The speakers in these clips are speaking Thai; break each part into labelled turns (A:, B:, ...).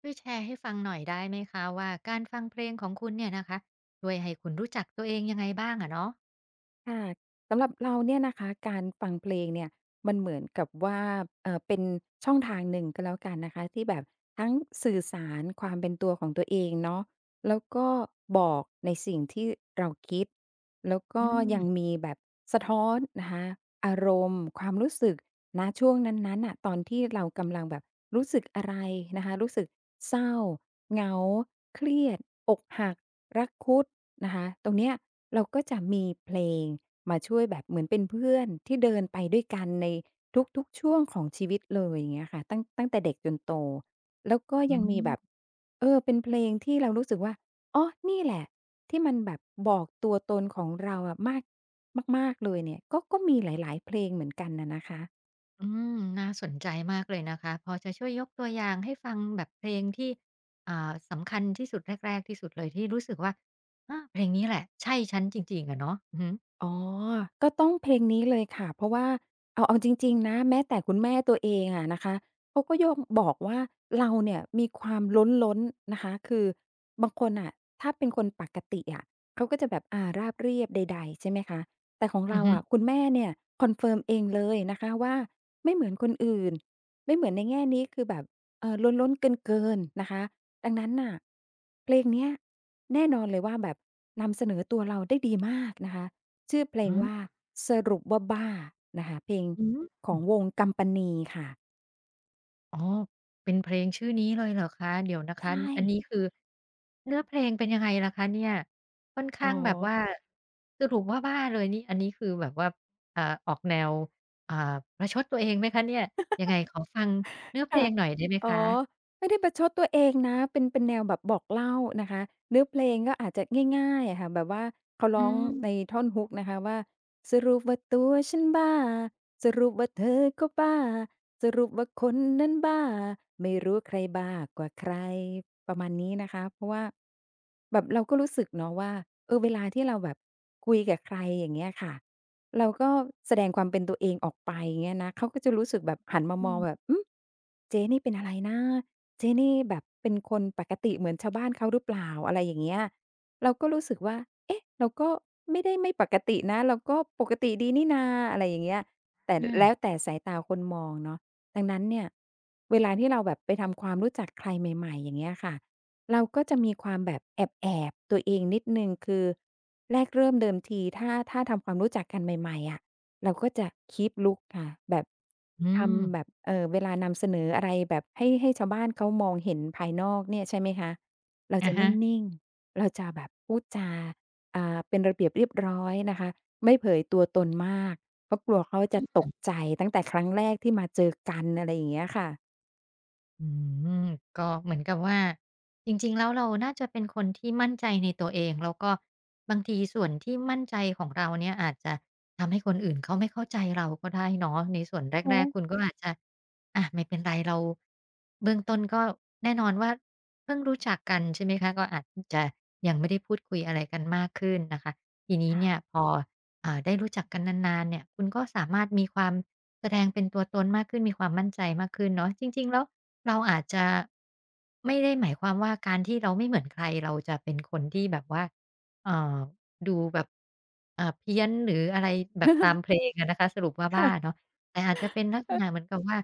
A: ช่วยแชร์ให้ฟังหน่อยได้ไหมคะว่าการฟังเพลงของคุณเนี่ยนะคะช่วยให้คุณรู้จักตัวเองยังไงบ้างอะเนาะ
B: ค่ะสำหรับเราเนี่ยนะคะการฟังเพลงเนี่ยมันเหมือนกับว่าเป็นช่องทางหนึ่งก็แล้วกันนะคะที่แบบทั้งสื่อสารความเป็นตัวของตัวเองเนาะแล้วก็บอกในสิ่งที่เราคิดแล้ว
A: อื
B: ก็ยัง
A: ม
B: มีแบบสะท้อนนะคะอารมณ์ความรู้สึกณช่วงนั้นๆน่ะตอนที่เรากำลังแบบรู้สึกอะไรนะคะรู้สึกเศร้าเหงาเครียดอกหัก รักคุดนะคะตรงเนี้ยเราก็จะมีเพลงมาช่วยแบบเหมือนเป็นเพื่อนที่เดินไปด้วยกันในทุกๆช่วงของชีวิตเลยอย่างเงี้ยค่ะตั้งแต่เด็กจนโตแล้วก็
A: อื
B: ยังมีแบบ
A: ม
B: เออเป็นเพลงที่เรารู้สึกว่าอ๋อนี่แหละที่มันแบบบอกตัวตนของเราอะมากมากๆเลยเนี่ยก็มีหลายๆเพลงเหมือนกันน่ะนะคะ
A: อืมน่าสนใจมากเลยนะคะพอจะช่วยยกตัวอย่างให้ฟังแบบเพลงที่อ่าสำคัญที่สุดแรกๆที่สุดเลยที่รู้สึกว่าอาเพลงนี้แหละใช่ฉันจริงๆอะเนาะอือฮึ
B: อ๋อก็ต้องเพลงนี้เลยค่ะ เพราะว่าเอาจริงๆนะ แม้แต่คุณแม่ตัวเองอะนะคะ เขาก็โย่งบอกว่าเราเนี่ยมีความล้นๆนะคะ คือบางคนน่ะถ้าเป็นคนปกติอะเขาก็จะแบบราบเรียบใดๆใช่ไหมคะ แต่ของ
A: อื
B: เรา
A: อฮึ
B: อะคุณแม่เนี่ยคอนเฟิร์มเองเลยนะคะว่าไม่เหมือนคนอื่น ไม่เหมือนในแง่นี้คือแบบล้นๆเกินๆนะคะดังนั้นน่ะเพลงเนี้ยแน่นอนเลยว่าแบบนำเสนอตัวเราได้ดีมากนะคะ ชื่อเพล
A: อื
B: งว่า
A: ม
B: สรุปว่าบ้านะคะเพลง
A: อืม
B: ของวงกำปนีค่ะ
A: อ๋อ เป็นเพลงชื่อนี้เลยเหรอคะ เดี๋ยวนะคะ
B: ใช่
A: อันนี้คือเนื้อเพลงเป็นยังไงล่ะคะเนี่ยค่อน
B: อ๋อ
A: ข้างแบบว่าสรุปว่าบ้าเลยนี่อันนี้คือแบบว่าอ่าออกแนวอ่าประชดตัวเองไหมคะเนี่ยยังไงขอฟังเนื้อเพล
B: ค่ะ
A: งหน่อยได้ไหมค
B: อ๋อ
A: ะ
B: ไม่ได้ประชดตัวเองนะเป็นแนวแบบบอกเล่านะคะเนื้อเพลงก็อาจจะง่ายๆอะค่ะแบบว่าเขา
A: อื
B: ร้อง
A: ม
B: ในท่อน Hook นะคะว่าสรุปว่าตัวฉันบ้าสรุปว่าเธอก็บ้าสรุปว่าคนนั้นบ้าไม่รู้ใครบ้ากว่าใครประมาณนี้นะคะเพราะว่าแบบเราก็รู้สึกเนาะว่าเออเวลาที่เราแบบคุยกับใครอย่างเงี้ยค่ะ เราก็แสดงความเป็นตัวเองออกไปเงี้ยนะเขาก็จะรู้สึกแบบหันมาม
A: อื
B: อง
A: ม
B: แบบหือเจ๊นี่เป็นอะไรนะเจ๊นี่แบบเป็นคนปกติเหมือนชาวบ้านเขาหรือเปล่าอะไรอย่างเงี้ยเราก็รู้สึกว่าเอ๊ะเราก็ไม่ได้ไม่ปกตินะ เราก็ปกติดีนี่นาอะไรอย่างเงี้ยแต่
A: นี่ะ
B: แล้วแต่สายตาคนมองเนาะดังนั้นเนี่ยเวลาที่เราแบบไปทำความรู้จักใครใหม่ๆอย่างเงี้ยค่ะเราก็จะมีความแบบแอบๆตัวเองนิดหนึ่งคือ แรกเริ่มเดิมทีถ้าทำความรู้จักกันใหม่ๆอะเราก็จะ keep look ค่ะแบบ
A: อืม
B: ทำแบบเวลานำเสนออะไรแบบให้ชาวบ้านเขามองเห็นภายนอกเนี่ยใช่ไหมคะเรา
A: อะ
B: จะนิ
A: ฮะ
B: ่งๆเราจะแบบพูดจาเป็นระเบียบเรียบร้อยนะคะไม่เผยตัวตนมากเพราะกลัวเขาจะตกใจตั้งแต่ครั้งแรกที่มาเจอกันอะไรอย่างเงี้ยค่ะ
A: อืมก็เหมือนกับว่าจริงๆแล้วเราน่าจะเป็นคนที่มั่นใจในตัวเองแล้วก็บางทีส่วนที่มั่นใจของเราเนี่ยอาจจะทำให้คนอื่นเขาไม่เข้าใจเราก็ได้เนาะในส่วนแรก
B: โอ
A: ๆคุณก็อาจจะอะไม่เป็นไรเราเบื้องต้นก็แน่นอนว่าเพิ่งรู้จักกันใช่ไหมคะก็อาจจะยังไม่ได้พูดคุยอะไรกันมากขึ้นนะคะทีนี้เนี่ย
B: ค่ะ
A: พอได้รู้จักกันนานๆเนี่ยคุณก็สามารถมีความ แสดงเป็นตัวตนมากขึ้นมีความมั่นใจมากขึ้นเนาะจริงๆแล้วเราอาจจะไม่ได้หมายความว่าการที่เราไม่เหมือนใครเราจะเป็นคนที่แบบว่าเอ่อดูแบบเพี้ยนหรืออะไรแบบตามเพลงอะนะคะสรุปว่าบ้า
B: ค่ะ
A: เนาะแต่อาจจะเป็นลักษ ณะ
B: เออ
A: เหมือนกับว่า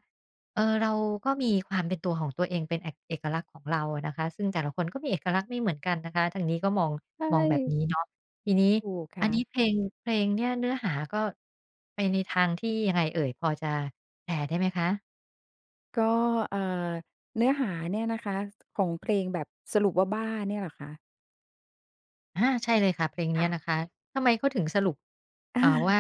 A: เออเราก็มีความเป็นตัวของตัวเองเป็นเอกเอกลักษณ์ของเราอะนะคะซึ่งแต่ละคนก็มีเอกลักษณ์ไม่เหมือนกันนะคะทางนี้ก็มอง
B: ใช
A: มองแบบนี้
B: ่
A: เนาะ ทีนี้
B: ถูก
A: อัน
B: ค่ะ
A: นี้เพลงเพลงเนี่ยเนื้อหาก็ไปในทางที่ยังไงเอ่ยพอจะแชร์ได้ไหมคะ
B: ก็เอ่อเนื้อหาเนี่ยนะคะของเพลงแบบสรุปว่าบ้าเนี่ยเหรอคะ
A: อาใช่เลยค่ะเพลงเนี้ยนะ
B: ค่ะ
A: คะทำไมเขาถึงสรุป
B: อา
A: ว่า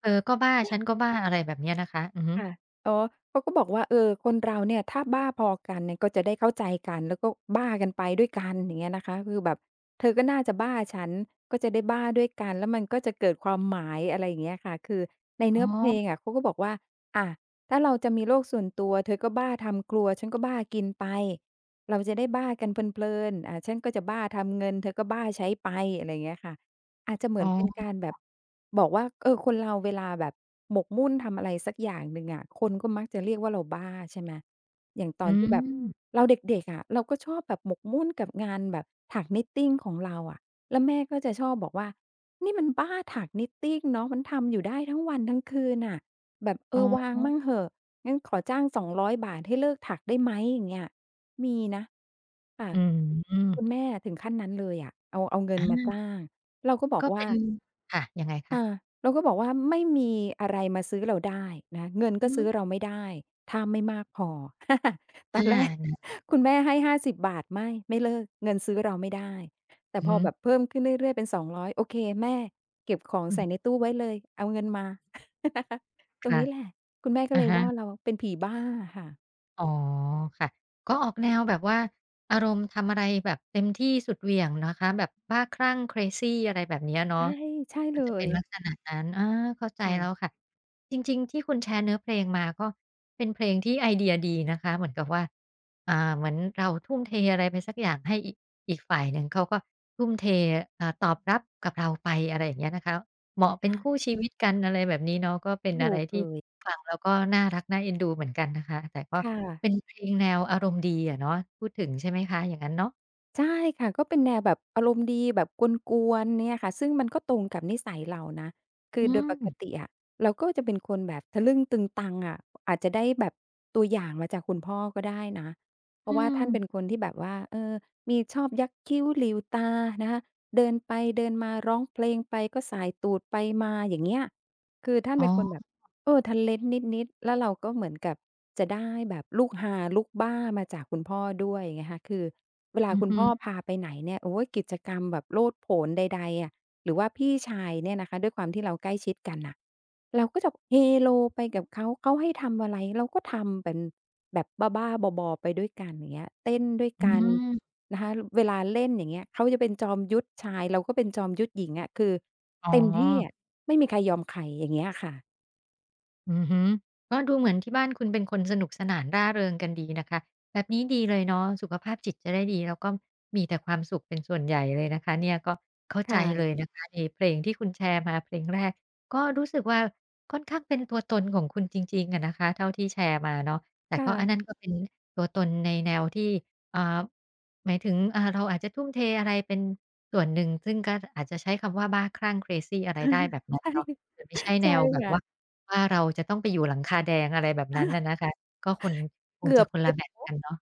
A: เธอก็บ้าฉันก็บ้าอะไรแบบเนี้ยนะคะอือฮึ
B: ค่ะอ๋อเขาก็บอกว่าเออคนเราเนี่ยถ้าบ้าพอกันเนี่ยก็จะได้เข้าใจกันแล้วก็บ้ากันไปด้วยกันอย่างเงี้ยนะคะคือแบบเธอก็น่าจะบ้าฉันก็จะได้บ้าด้วยกันแล้วมันก็จะเกิดความหมายอะไรอย่างเงี้ยค่ะคือใน
A: อ๋อ
B: เนื้อเพลงอะเขาก็บอกว่าอะถ้าเราจะมีโลกส่วนตัวเธอก็บ้าทำครัวฉันก็บ้ากินไปเราจะได้บ้ากันเพลินๆฉันก็จะบ้าทำเงินเธอก็บ้าใช้ไปอะไรอย่างเงี้ยค่ะ อาจจะเหมื
A: อ๋
B: อนเป็น
A: อ
B: การแบบบอกว่าเออคนเราเวลาแบบหมกมุ่นทำอะไรสักอย่างหนึ่งอะคนก็มักจะเรียกว่าเราบ้าใช่ไหมอย่างตอน
A: อื
B: ที่แบบ
A: ม
B: เราเด็กๆอะเราก็ชอบแบบหมกมุ่นกับงานแบบถัก knitting ของเราอะแล้วแม่ก็จะชอบบอกว่านี่มันบ้าถัก knitting เนาะมันทำอยู่ได้ทั้งวันทั้งคืนน่ะแบบเอ
A: อ๋
B: อวางมั่ง
A: อ
B: เหอะงั้นขอจ้างสองร้อยบาทให้เลิกถักได้ไหมอย่างเงี้ยมีนะค่ะ
A: อืม
B: คุณแม่ถึงขั้นนั้นเลยอะเอาเงินมาจ้า
A: อา
B: ง เราก็บอก
A: ก็เป็
B: ว่า
A: นค่ะยังไง
B: อา
A: คะ
B: เราก็บอกว่าไม่มีอะไรมาซื้อเราได้นะเงินก็
A: อืม
B: ซื้อเราไม่ได้ถ้าไม่มากพอ ต
A: อ
B: อนแร
A: า
B: ก
A: นะ
B: คุณแม่ให้50บบาทไม่เลิกเงินซื้อเราไม่ได้ แต่
A: อือ
B: พอ
A: ฮึ
B: แบบเพิ่มขึ้นเรื่อยๆเป็นสองร้0 0โอเคแม่เก็บของ
A: อื
B: ใส่
A: ม
B: ในตู้ไว้เลยเอาเงินมา นะคะ ตรง
A: ค่ะ
B: นี้แหละคุณแม่ก็
A: อะ
B: เลย
A: ฮะ
B: ว่าเราเป็นผีบ้าค่ะ
A: อ๋อค่ะก็ออกแนวแบบว่าอารมณ์ทำอะไรแบบเต็มที่สุดเหวี่ยงนะคะแบบบ้าคลั่ง crazy อะไรแบบเนี้ยเนาะ
B: ใช่ใช่
A: ก็
B: เล
A: จะเป็
B: ย
A: นลักษณะนั้นอาเข้าใจแล้ว
B: ค่ะ
A: ค่ะจริงๆที่คุณแชร์เนื้อเพลงมาก็เป็นเพลงที่ไอเดียดีนะคะเหมือนกับว่าเหมือนเราทุ่มเทอะไรไปสักอย่างให้อีกอีกฝ่ายหนึ่งเขาก็ทุ่มเทตอบรับกับเราไปอะไรอย่างเงี้ยนะคะ เหมาะเป็นคู่
B: ใช่
A: ชีวิตกันอะไรแบบนี้เนาะก็เป็นอะ
B: ถู
A: ไร
B: ก
A: ที่
B: เลย
A: ฟังแล้วก็น่ารักน่าเอ็นดูเหมือนกันนะคะแต่ก็
B: ค่ะ
A: เป็นเพลงแนวอารมณ์ดีอะเนาะพูดถึงใช่ไหมคะอย่างงั้นเนาะ
B: ใช่ค่ะก็เป็นแนวแบบอารมณ์ดีแบบกวนๆเนี่ยค่ะซึ่งมันก็ตรงกับนิสัยเรานะคือ
A: อื
B: โดย
A: ม
B: ปกติอะเราก็จะเป็นคนแบบทะลึ่งตึงตังอะอาจจะได้แบบตัวอย่างมาจากคุณพ่อก็ได้นะเพราะ
A: อื
B: ว่า
A: ม
B: ท่านเป็นคนที่แบบว่าเออมีชอบยักคิ้วหลิ่วตานะคะเดินไปเดินมาร้องเพลงไปก็ส่ายตูดไปมาอย่างเงี้ยคือท่าน
A: อ๋
B: เป็นคนแบ
A: อ
B: บ เออทันเลนต์นิดๆแล้วเราก็เหมือนกับจะได้แบบลูกฮาลูกบ้ามาจากคุณพ่อด้วยไงคะคือเวลา
A: อือ
B: คุณ
A: ฮึ
B: พ่อพาไปไหนเนี่ยโอ๊ยกิจกรรมแบบโลดโผนใดๆอะหรือว่าพี่ชายเนี่ยนะคะด้วยความที่เราใกล้ชิดกันน่ะเราก็จะเฮโลไปกับเขาเขาให้ทำอะไรเราก็ทำเป็นแบบบ้าๆบอๆไปด้วยกันอย่างเงี้ยเต้นด้วย
A: อื
B: กัน
A: ม
B: นะคะเวลาเล่นอย่างเงี้ยเขาจะเป็นจอมยุทธชายเราก็เป็นจอมยุทธหญิงอะคือ
A: อ๋อ
B: เต็มที่อะไม่มีใครยอมใครอย่างเงี้ยค่ะ
A: อือฮึก็ดูเหมือนที่บ้านคุณเป็นคนสนุกสนานร่าเริงกันดีนะคะแบบนี้ดีเลยเนาะสุขภาพจิตจะได้ดีแล้วก็มีแต่ความสุขเป็นส่วนใหญ่เลยนะคะเนี่ยก็เข้าใจเล
B: ค่ะ
A: ยนะคะในเพลงที่คุณแชร์มาเพลงแรกก็รู้สึกว่าค่อนข้างเป็นตัวตนของคุณจริงๆอะนะคะเท่าที่แชร์มาเนาะแต่ก็อันนั้
B: ค่ะ
A: นก็เป็นตัวตนในแนวที่อ่าหมายถึงเราอาจจะทุ่มเทอะไรเป็นส่วนหนึ่งซึ่งก็อาจจะใช้คำว่าบ้าคลั่ง crazy อะไรได้แบบนั้ น
B: ใช่
A: เนาะ แต่ไม่ใช่แน
B: ใช่
A: วแบบว่า
B: ค่ะ
A: ว่าเราจะต้องไปอยู่หลังคาแดงอะไรแบบนั้นน่ะนะคะก็คนคง
B: เกื
A: จะ
B: อบ
A: คน
B: เ
A: ละแบบกันเนาะ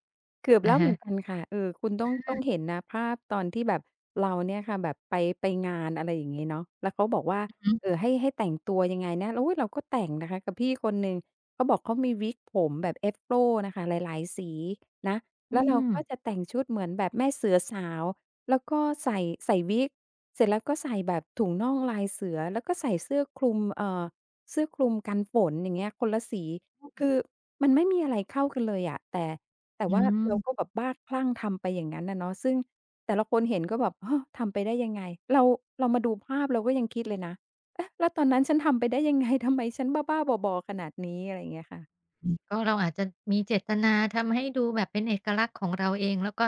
B: เกือบ
A: อะ
B: แล้วเห
A: ฮะ
B: มือนกันค่ะเออคุณต้องเห็นนะภาพตอนที่แบบเราเนี่ยค่ะแบบไปงานอะไรอย่างงี้เนาะแล้วเขาบอกว่า
A: อือ
B: ให้แต่งตัวยังไงนะอุ๊ยเราก็แต่งนะคะกับพี่คนหนึ่งเขาบอกเขามีวิกผมแบบ Afro น่ะค่ะหลายๆสีนะ
A: อื
B: แล้วเรา
A: ม
B: ก็จะแต่งชุดเหมือนแบบแม่เสือสาวแล้วก็ใส่วิก เสร็จแล้วก็ใส่แบบถุงน่องลายเสือ แล้วก็ใส่เสื้อคลุมเสื้อคลุมกันฝนอย่างเงี้ยคนละสีคือมันไม่มีอะไรเข้ากันเลยอะแต่ แต่
A: อื
B: ว่า
A: ม
B: เราก็แบบบ้าคลั่งทำไปอย่างนั้นน่ะเนาะซึ่งแต่ละคนเห็นก็แบบเฮ้อทำไปได้ยังไงเราเรามาดูภาพเราก็ยังคิดเลยนะเอ๊ะแล้วตอนนั้นฉันทำไปได้ยังไงทำไมฉันบ้าๆบอๆขนาดนี้อะไรอย่างเงี้ยค่ะ
A: อือก็เราอาจจะมีเจตนาทำให้ดูแบบเป็นเอกลักษณ์ของเราเองแล้วก็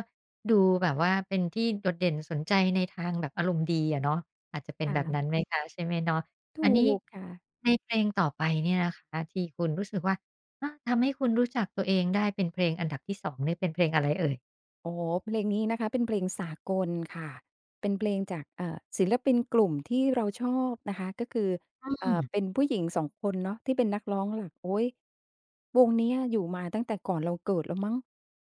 A: ดูแบบว่าเป็นที่โดดเด่นสนใจในทางแบบอารมณ์ดีอะเนาะอาจจะเป็นแบบนั้น
B: ค่ะ
A: ไหมคะใช่ไหมเนาะอั
B: ถู
A: นนี้
B: กค่ะ
A: ในเพลงต่อไปเนี่ยนะคะที่คุณรู้สึกว่าอาทำให้คุณรู้จักตัวเองได้เป็นเพลงอันดับที่2นี่เป็นเพลงอะไรเอ่ย
B: อ๋อเพลงนี้นะคะเป็นเพลงสากลค่ะเป็นเพลงจากศิลปินกลุ่มที่เราชอบนะคะก็คือ
A: อืม
B: เป็นผู้หญิงสองคนเนาะที่เป็นนักร้องหลักโอ๊ยวงเนี้ยอยู่มาตั้งแต่ก่อนเราเกิดแล้วมั้ง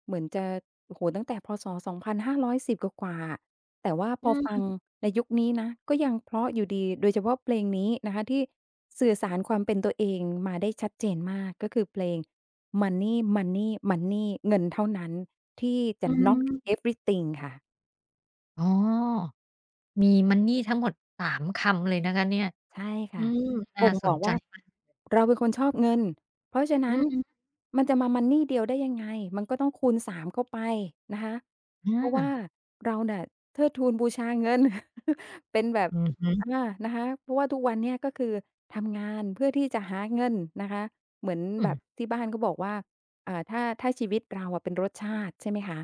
B: เหมือนจะโอ้โฮตั้งแต่พศ2510กว่าๆอ แต่ว่าพ
A: อื
B: อฟัง
A: ม
B: ในยุคนี้นะก็ยังเพราะอยู่ดีโดยเฉพาะเพลงนี้นะคะที่สื่อสารความเป็นตัวเองมาได้ชัดเจนมากก็คือเพลง "Money Money Money" เงินเท่านั้นที่
A: อื
B: จะ knock
A: ม
B: everything ค่ะ
A: อ๋อ มีมันนี่ทั้งหมดสามคำเลยนะคะเนี่ย
B: ใช่
A: อื
B: ค่ะ
A: มน่า
B: บ่ง
A: ส
B: บอ
A: น
B: ก
A: ใจ
B: ว่า
A: มาก
B: เราเป็นคนชอบเงินเพราะฉะ
A: อื
B: นั้น
A: อฮึ
B: มันจะมา money เดียวได้ยังไงมันก็ต้องคูณสามเข้าไปนะคะ
A: อ
B: เพราะว่า
A: า
B: เราเนี่ยเทิดทูนบูชาเงิน เป็นแบบ
A: อือฮึ
B: อานะคะเพราะว่าทุกวันเนี่ยก็คือทำงานเพื่อที่จะหาเงินนะคะเหมือน
A: อือ
B: แบบที่บ้านเขาบอกว่าอ่าถ้าชีวิตเราอะเป็นรสชาติใช่ไหมคะ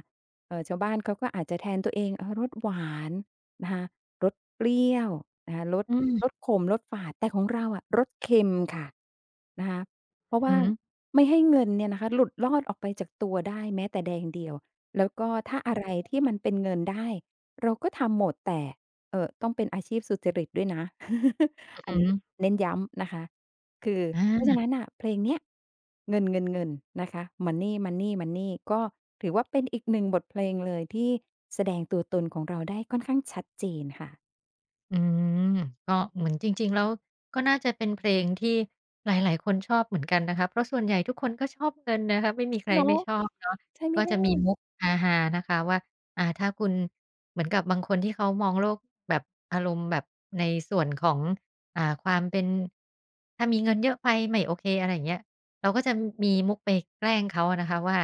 B: ชาวบ้านเขาก็อาจจะแทนตัวเองเออรสหวาน นะคะรสเปรี้ยวนะคะรส
A: อือฮึ
B: รสขมรสฝาดแต่ของเราอะรสเค็มค่ะนะคะเพราะว่า
A: อื
B: ไม่ให้เงินเนี่ยนะคะหลุดลอดออกไปจากตัวได้แม้แต่แดงเดียวแล้วก็ถ้าอะไรที่มันเป็นเงินได้เราก็ทำหมดแต่ต้องเป็นอาชีพสุจริตด้วยนะ
A: อ
B: อันนี้
A: ฮึ
B: เน้นย้ำนะคะ คือเพราะฉะ
A: อา
B: นั้นน่ะเพลงเนี้ยเงินเงินๆนนะคะ Money Money Money ก็ถือว่าเป็นอีกหนึ่งบทเพลงเลยที่แสดงตัวตนของเราได้ค่อนข้างชัดเจนค่ะ
A: อืมก็เหมือนจริงๆแล้วก็น่าจะเป็นเพลงที่หลายๆคนชอบเหมือนกันนะคะเพราะส่วนใหญ่ทุกคนก็ชอบเงินนะคะไม่มีใครไม่
B: เนาะ
A: ชอบเนาะ
B: ใช่ไหม
A: ก็
B: ล่ะ
A: จะมีมุกฮาๆนะคะว่าถ้าคุณเหมือนกับบางคนที่เขามองโลกแบบอารมณ์แบบในส่วนของความเป็นถ้ามีเงินเยอะไปไม่โอเคอะไรอย่างเงี้ย เราก็จะมีมุกไปแกล้งเขาอะนะคะว่า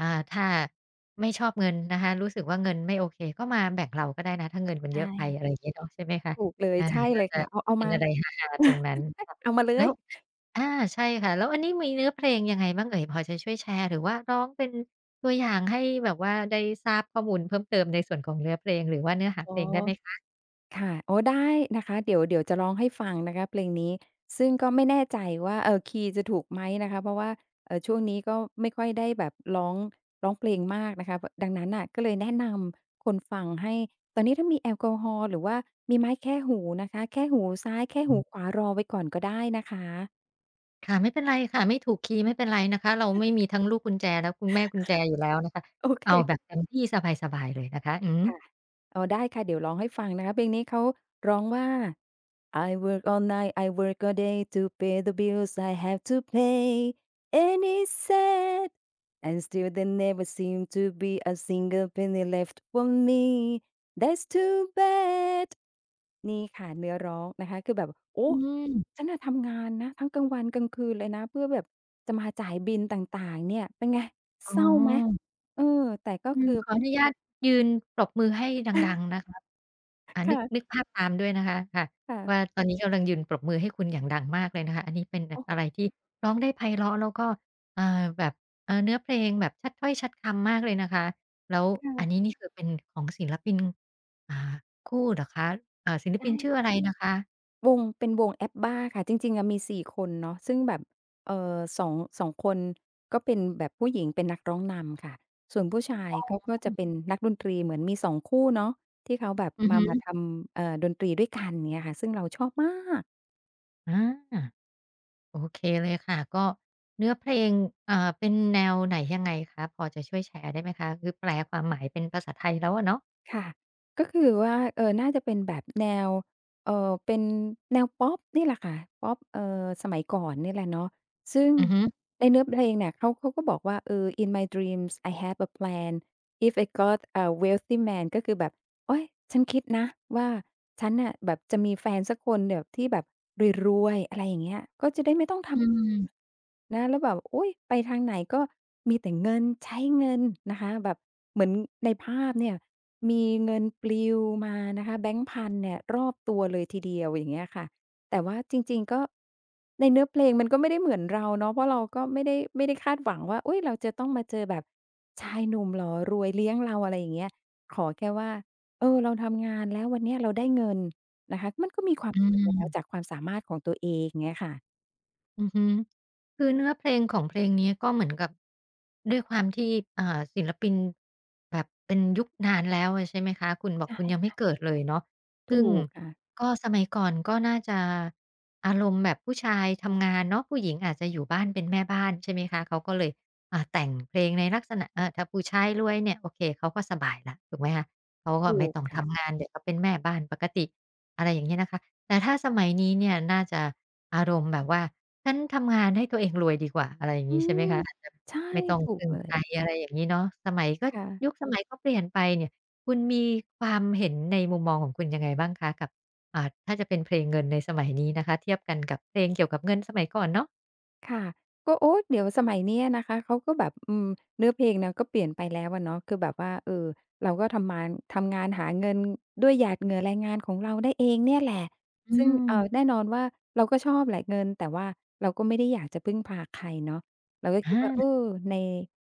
A: อ่า ถ้าไม่ชอบเงินนะคะรู้สึกว่าเงินไม่โอเคก็มาแบ่งเราก็ได้นะถ้าเงินมัน
B: ใช
A: เยอะไปอะไร
B: ่
A: อย่างเงี้ยเนาะใช่ไหมคะ
B: ถูกเลย
A: อา
B: ใช่
A: ก็
B: เลย
A: จะ
B: ค่ะเอาเอา
A: เป็น
B: มา
A: อะไรฮาๆตรงนั้น
B: ใช่
A: ค่ะ
B: เอามาเล
A: แล้
B: ย
A: วอาใช่ค่ะแล้วอันนี้มีเนื้อเพลงยังไงบ้างเอ่ยพอจะช่วยแชร์หรือว่าร้องเป็นตัวอย่างให้แบบว่าได้ทราบข้อมูลเพิ่มเติมในส่วนของเนื้อเพลงหรือว่าเนื้อหาเพ
B: อ๋อ
A: ลงได้ไหมค
B: ค่ะโอ้ได้นะคะเดี๋ยวจะร้องให้ฟังนะคะเพลงนี้ซึ่งก็ไม่แน่ใจว่าคีย์จะถูกไหมนะคะเพราะว่าช่วงนี้ก็ไม่ค่อยได้แบบร้องร้องเพลงมากนะคะดังนั้นน่ะก็เลยแนะนำคนฟังให้ตอนนี้ถ้ามีแอลกอฮอล์หรือว่ามีไม้แค่หูนะคะแค่หูซ้ายแค่หูข
A: ะ
B: วารอไว้ก่อนก็ได้นะคะ
A: ค่ะไม่เป็นไรค่ะไม่ถูกคีย์ไม่เป็นไรนะคะเราไม่มีทั้งลูกกุญแจและคุณแม่กุญแจอยู่แล้วนะคะ
B: โอ
A: เอาแบ
B: เค
A: บเต็มที่สบายๆเลยนะคะอือฮึ
B: ค่ะ อ๋อได้ค่ะเดี๋ยวร้องให้ฟังนะคะเพลงนี้เขาร้องว่า I work all night, I work all day to pay the bills I have to pay, and it's sad, and still there never seem to be a single penny left for me. That's too bad นี่ค่ะเนื้อร้องนะคะคือแบบโอ้
A: อืม
B: ฉันน่ะทำงานนะทั้งกลางวันกลางคืนเลยนะเพื่อแบบจะมาจ่ายบิลต่างๆเนี่ยเป็นไง
A: อ๋
B: เศร้าไหม
A: อ
B: เออแต่ก็
A: อืม
B: คือ
A: ขออนุญาตยืนปรบมือให้ดังๆนะคะนึก
B: ค
A: ภาพตามด้วยนะคะค่ะ
B: ่ะ
A: ว่า
B: ๆ
A: ตอนนี้กำลังยืนปรบมือให้คุณอย่างดังมากเลยนะคะอันนี้เป็นแบบ
B: โอ้โฮ
A: อะไรที่ร้องได้ไพเราะแล้วก็อ่าแบบเนื้อเพลงแบบชัดถ้อยชัดคำมากเลยนะคะแล้ว
B: ค่ะ
A: อันนี้นี่คือเป็นของศิลปินอ่าคู่เหรอคะเอ่าศิล
B: ใช
A: ปินชื่ออะ
B: ่
A: ไรนะคะ
B: วงเป็นวง App-BA ค่ะจริงๆอะมี4คนเนาะซึ่งแบบเอ่อ 2- งสองคนก็เป็นแบบผู้หญิงเป็นนักร้องนำค่ะส่วนผู้ชายเขาก็จะเป็นนักดนตรีเหมือนมี2คู่เนาะที่เขาแบบ
A: อือ
B: มา
A: ฮึ
B: มาทำดนตรีด้วยกันเงี้ยค่ะซึ่งเราชอบมาก
A: อา โอเคเลยค่ะก็เนื้อเพลงเป็นแนวไหนยังไงคะพอจะช่วยแชร์ได้ไหมคะคือแปลความหมายเป็นภาษาไทยแล้วอะเนาะ
B: ค่ะก็คือว่าเออน่าจะเป็นแบบแนวเออเป็นแนวพ๊อปนี่แหละค่ะพอปเออสมัยก่อนนี่แหละเนาะซึ่ง
A: อือฮึ
B: ในเนื้อเพลงเนี่ยเขาก็บอกว่าเออ "In my dreams I have a plan if I got a wealthy man" ก็คือแบบโอ๊ยฉันคิดนะว่าฉันน่ะแบบจะมีแฟนสักคนแบบที่แบบรวยๆอะไรอย่างเงี้ยก็จะได้ไม่ต้อง
A: อื
B: ทำ
A: ม
B: นะแล้วแบบอุ๊ยไปทางไหนก็มีแต่เงินใช้เงินนะคะแบบเหมือนในภาพเนี่ยมีเงินปลิวมานะคะแบงค์พันเนี่ยรอบตัวเลยทีเดียวอย่างเงี้ยค่ะแต่ว่าจริงๆก็ในเนื้อเพลงมันก็ไม่ได้เหมือนเราเนาะเพราะเราก็ไม่ได้คาดหวังว่าอุ๊ยเราจะต้องมาเจอแบบชายหนุ่มหล่อรวยเลี้ยงเราอะไรอย่างเงี้ยขอแค่ว่าเออเราทำงานแล้ววันเนี้ยเราได้เงินนะคะมันก็มีความ
A: อื
B: สุขแล้วจาก
A: ม
B: ความสามารถของตัวเองเงี้ยค่ะ
A: อือฮึคือเนื้อเพลงของเพลงนี้ก็เหมือนกับด้วยความที่ศิลปินแบบเป็นยุคนานแล้วอะใช่ไหมคะคุณบอก
B: ใช่
A: คุณยังไม่เกิดเลยเนาะ
B: ถู
A: ซึ่ง
B: กค่ะ
A: ก็สมัยก่อนก็น่าจะอารมณ์แบบผู้ชายทำงานเนาะผู้หญิงอาจจะอยู่บ้านเป็นแม่บ้านใช่ไหมคะเขาก็เลยแต่งเพลงในลักษณะเออถ้าผู้ชายรวยเนี่ยโอเคเขาก็สบายแล้วถูกไหมคะเขาก็
B: ถู
A: ไม่
B: ก
A: ต้อง
B: ค่ะ
A: ทำงานเดี๋ยวก็เป็นแม่บ้านปกติอะไรอย่างเงี้ยนะคะแต่ถ้าสมัยนี้เนี่ยน่าจะอารมณ์แบบว่า ฉันทำงานให้ตัวเองรวยดีกว่าอะไรอย่าง
B: อื
A: งี้ใช่ไหม
B: ม
A: คะอาจจะ
B: ใช่
A: ไม่ต้อง
B: ถูก
A: พึ่ง
B: เล
A: ใค
B: ย
A: รอะไรอย่างงี้เนาะสมัยก็
B: ค่ะ
A: ยุคสมัยก็เปลี่ยนไปเนี่ยคุณมีความเห็นในมุมมองของคุณยังไงบ้างคะกับอ่าถ้าจะเป็นเพลงเงินในสมัยนี้นะคะเทียบกันกับเพลงเกี่ยวกับเงินสมัยก่อนเนาะ
B: ค่ะก็โอ๊ยเดี๋ยวสมัยเนี้ยนะคะ เขาก็แบบอืมเนื้อเพลงเนี่ยก็เปลี่ยนไปแล้วอะเนาะคือแบบว่าเออเราก็ทำมานทำงานหาเงินด้วยหยาดเหงื่อแรงงานของเราได้เองเนี่ยแหละ
A: อื
B: ซึ่ง
A: ม
B: เอ่อแน่นอนว่าเราก็ชอบแหละเงินแต่ว่าเราก็ไม่ได้อยากจะพึ่งพาใครเนาะเราก็คิดว่าเอ
A: อา
B: อใน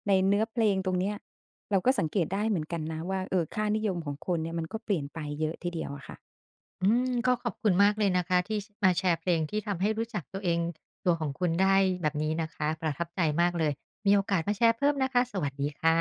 B: ในเนื้อเพลงตรงเนี้ยเราก็สังเกตได้เหมือนกันนะว่าเออค่านิยมของคนเนี่ยมันก็เปลี่ยนไปเยอะทีเดียวอะค่ะ
A: อืมก็ขอบคุณมากเลยนะคะที่ชมาแชร์เพลงที่ทำให้รู้จักตัวเองตัวของคุณได้แบบนี้นะคะประทับใจมากเลยมีโอกาสมาแชร์เพิ่มนะคะสวัสดีค่ะ